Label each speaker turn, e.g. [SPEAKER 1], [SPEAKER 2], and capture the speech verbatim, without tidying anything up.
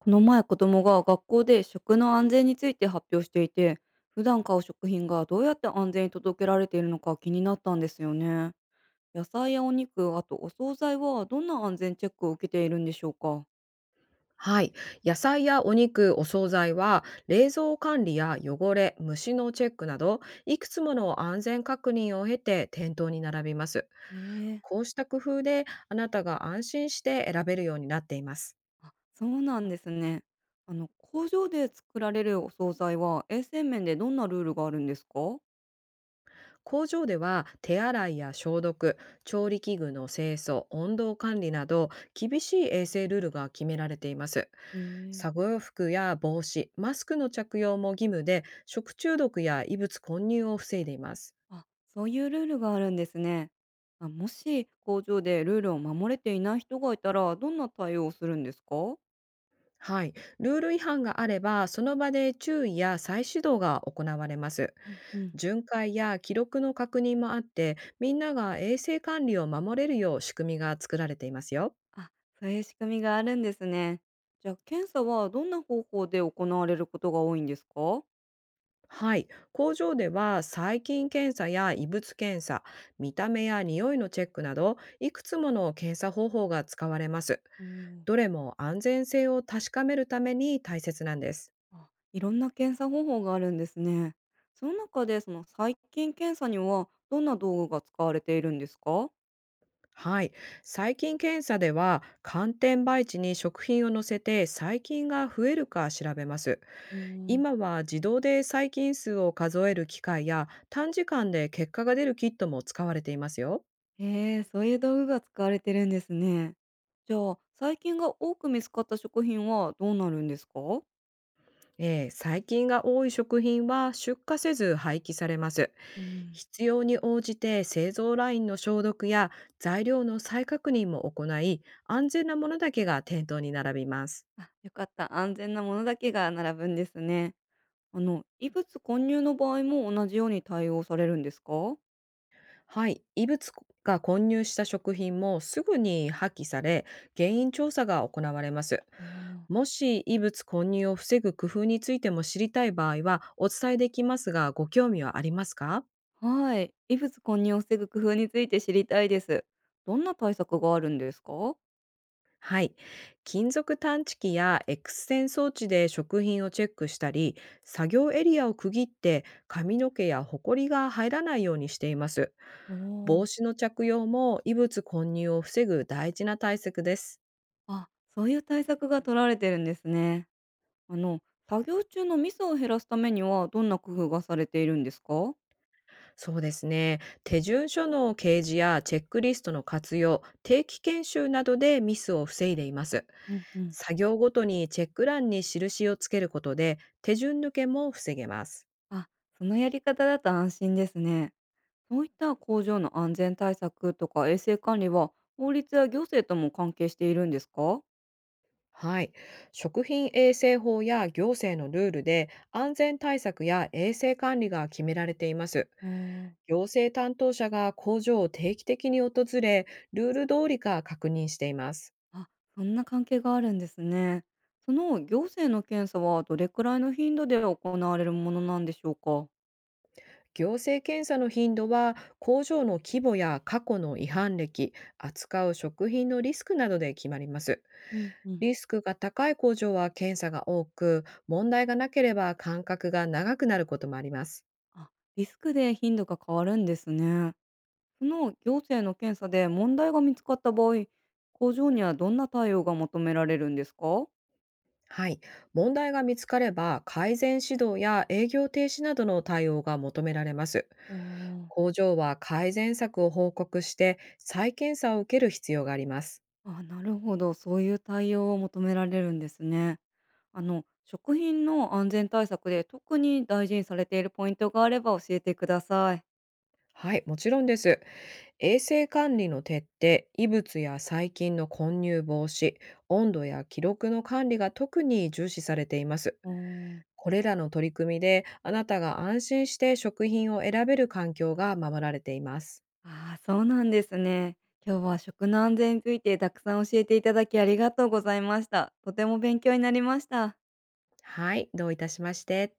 [SPEAKER 1] この前子供が学校で食の安全について発表していて、普段買う食品がどうやって安全に届けられているのか気になったんですよね。野菜やお肉、あとお惣菜はどんな安全チェックを受けているんでしょうか。
[SPEAKER 2] はい。野菜やお肉、お惣菜は、冷蔵管理や汚れ、虫のチェックなど、いくつもの安全確認を経て店頭に並びます。
[SPEAKER 1] ええ。
[SPEAKER 2] こうした工夫で、あなたが安心して選べるようになっています。
[SPEAKER 1] あ、そうなんですね。あの、工場で作られるお惣菜は衛生面でどんなルールがあるんですか。
[SPEAKER 2] 工場では、手洗いや消毒、調理器具の清掃、温度管理など、厳しい衛生ルールが決められています。
[SPEAKER 1] え
[SPEAKER 2] 作
[SPEAKER 1] え。
[SPEAKER 2] 業服や帽子、マスクの着用も義務で、食中毒や異物混入を防いでいます。
[SPEAKER 1] あ、そういうルールがあるんですね。あ、もし工場でルールを守れていない人がいたらどんな対応をするんですか。
[SPEAKER 2] はい。ルール違反があれば、その場で注意や再指導が行われます。
[SPEAKER 1] うんうん。
[SPEAKER 2] 巡回や記録の確認もあって、みんなが衛生管理を守れるよう仕組みが作られていますよ。
[SPEAKER 1] あ、そういう仕組みがあるんですね。じゃあ、検査はどんな方法で行われることが多いんですか？
[SPEAKER 2] はい。工場では、細菌検査や異物検査、見た目や匂いのチェックなど、いくつもの検査方法が使われます。
[SPEAKER 1] うん。
[SPEAKER 2] どれも安全性を確かめるために大切なんです。
[SPEAKER 1] あ、いろんな検査方法があるんですね。その中で、その細菌検査にはどんな道具が使われているんですか？
[SPEAKER 2] はい、細菌検査では寒天培地に食品を乗せて細菌が増えるか調べます。
[SPEAKER 1] うーん。
[SPEAKER 2] 今は自動で細菌数を数える機械や短時間で結果が出るキットも使われていますよ。
[SPEAKER 1] へえ、そういう道具が使われてるんですね。じゃあ、細菌が多く見つかった食品はどうなるんですか？
[SPEAKER 2] えー細菌が多い食品は出荷せず廃棄されます。
[SPEAKER 1] うん。
[SPEAKER 2] 必要に応じて製造ラインの消毒や材料の再確認も行い、安全なものだけが店頭に並びます。
[SPEAKER 1] あ、よかった。安全なものだけが並ぶんですね。あの、異物混入の場合も同じように対応されるんですか。
[SPEAKER 2] はい、異物が混入した食品もすぐに破棄され、原因調査が行われます。
[SPEAKER 1] あ、
[SPEAKER 2] もし異物混入を防ぐ工夫についても知りたい場合はお伝えできますが、ご興味はありますか？
[SPEAKER 1] はい。異物混入を防ぐ工夫について知りたいです。どんな対策があるんですか。
[SPEAKER 2] はい。金属探知機や X 線装置で食品をチェックしたり、作業エリアを区切って髪の毛やホコリが入らないようにしています。
[SPEAKER 1] ーお
[SPEAKER 2] 帽子
[SPEAKER 1] ー。
[SPEAKER 2] の着用も異物混入を防ぐ大事な対策です。
[SPEAKER 1] あ、そういう対策が取られてるんですね。あの、作業中のミスを減らすためにはどんな工夫がされているんですか。
[SPEAKER 2] そうですね。手順書の掲示やチェックリストの活用、定期研修などでミスを防いでいます。
[SPEAKER 1] うんうん。
[SPEAKER 2] 作業ごとにチェック欄に印をつけることで手順抜けも防げます。
[SPEAKER 1] あ、そのやり方だと安心ですね。そういった工場の安全対策とか衛生管理は法律や行政とも関係しているんですか。
[SPEAKER 2] はい。食品衛生法や行政のルールで安全対策や衛生管理が決められています。行政担当者が工場を定期的に訪れ、ルール通りか確認しています。
[SPEAKER 1] あ、そんな関係があるんですね。その行政の検査はどれくらいの頻度で行われるものなんでしょうか？
[SPEAKER 2] 行政検査の頻度は工場の規模や過去の違反歴、扱う食品のリスクなどで決まります。
[SPEAKER 1] うんうん。
[SPEAKER 2] リスクが高い工場は検査が多く、問題がなければ間隔が長くなることもあります。
[SPEAKER 1] あ、リスクで頻度が変わるんですね。その行政の検査で問題が見つかった場合、工場にはどんな対応が求められるんですか？
[SPEAKER 2] はい。問題が見つかれば改善指導や営業停止などの対応が求められます。
[SPEAKER 1] ああ。
[SPEAKER 2] 工場は改善策を報告して再検査を受ける必要があります。
[SPEAKER 1] あ、なるほど、そういう対応を求められるんですね。あの、食品の安全対策で特に大事にされているポイントがあれば教えてください。
[SPEAKER 2] はい、もちろんです。衛生管理の徹底、異物や細菌の混入防止、温度や記録の管理が特に重視されています。
[SPEAKER 1] ああ。
[SPEAKER 2] これらの取り組みで、あなたが安心して食品を選べる環境が守られています。
[SPEAKER 1] ああ、そうなんですね。今日は食の安全についてたくさん教えていただきありがとうございました。とても勉強になりました。
[SPEAKER 2] はい、どういたしまして。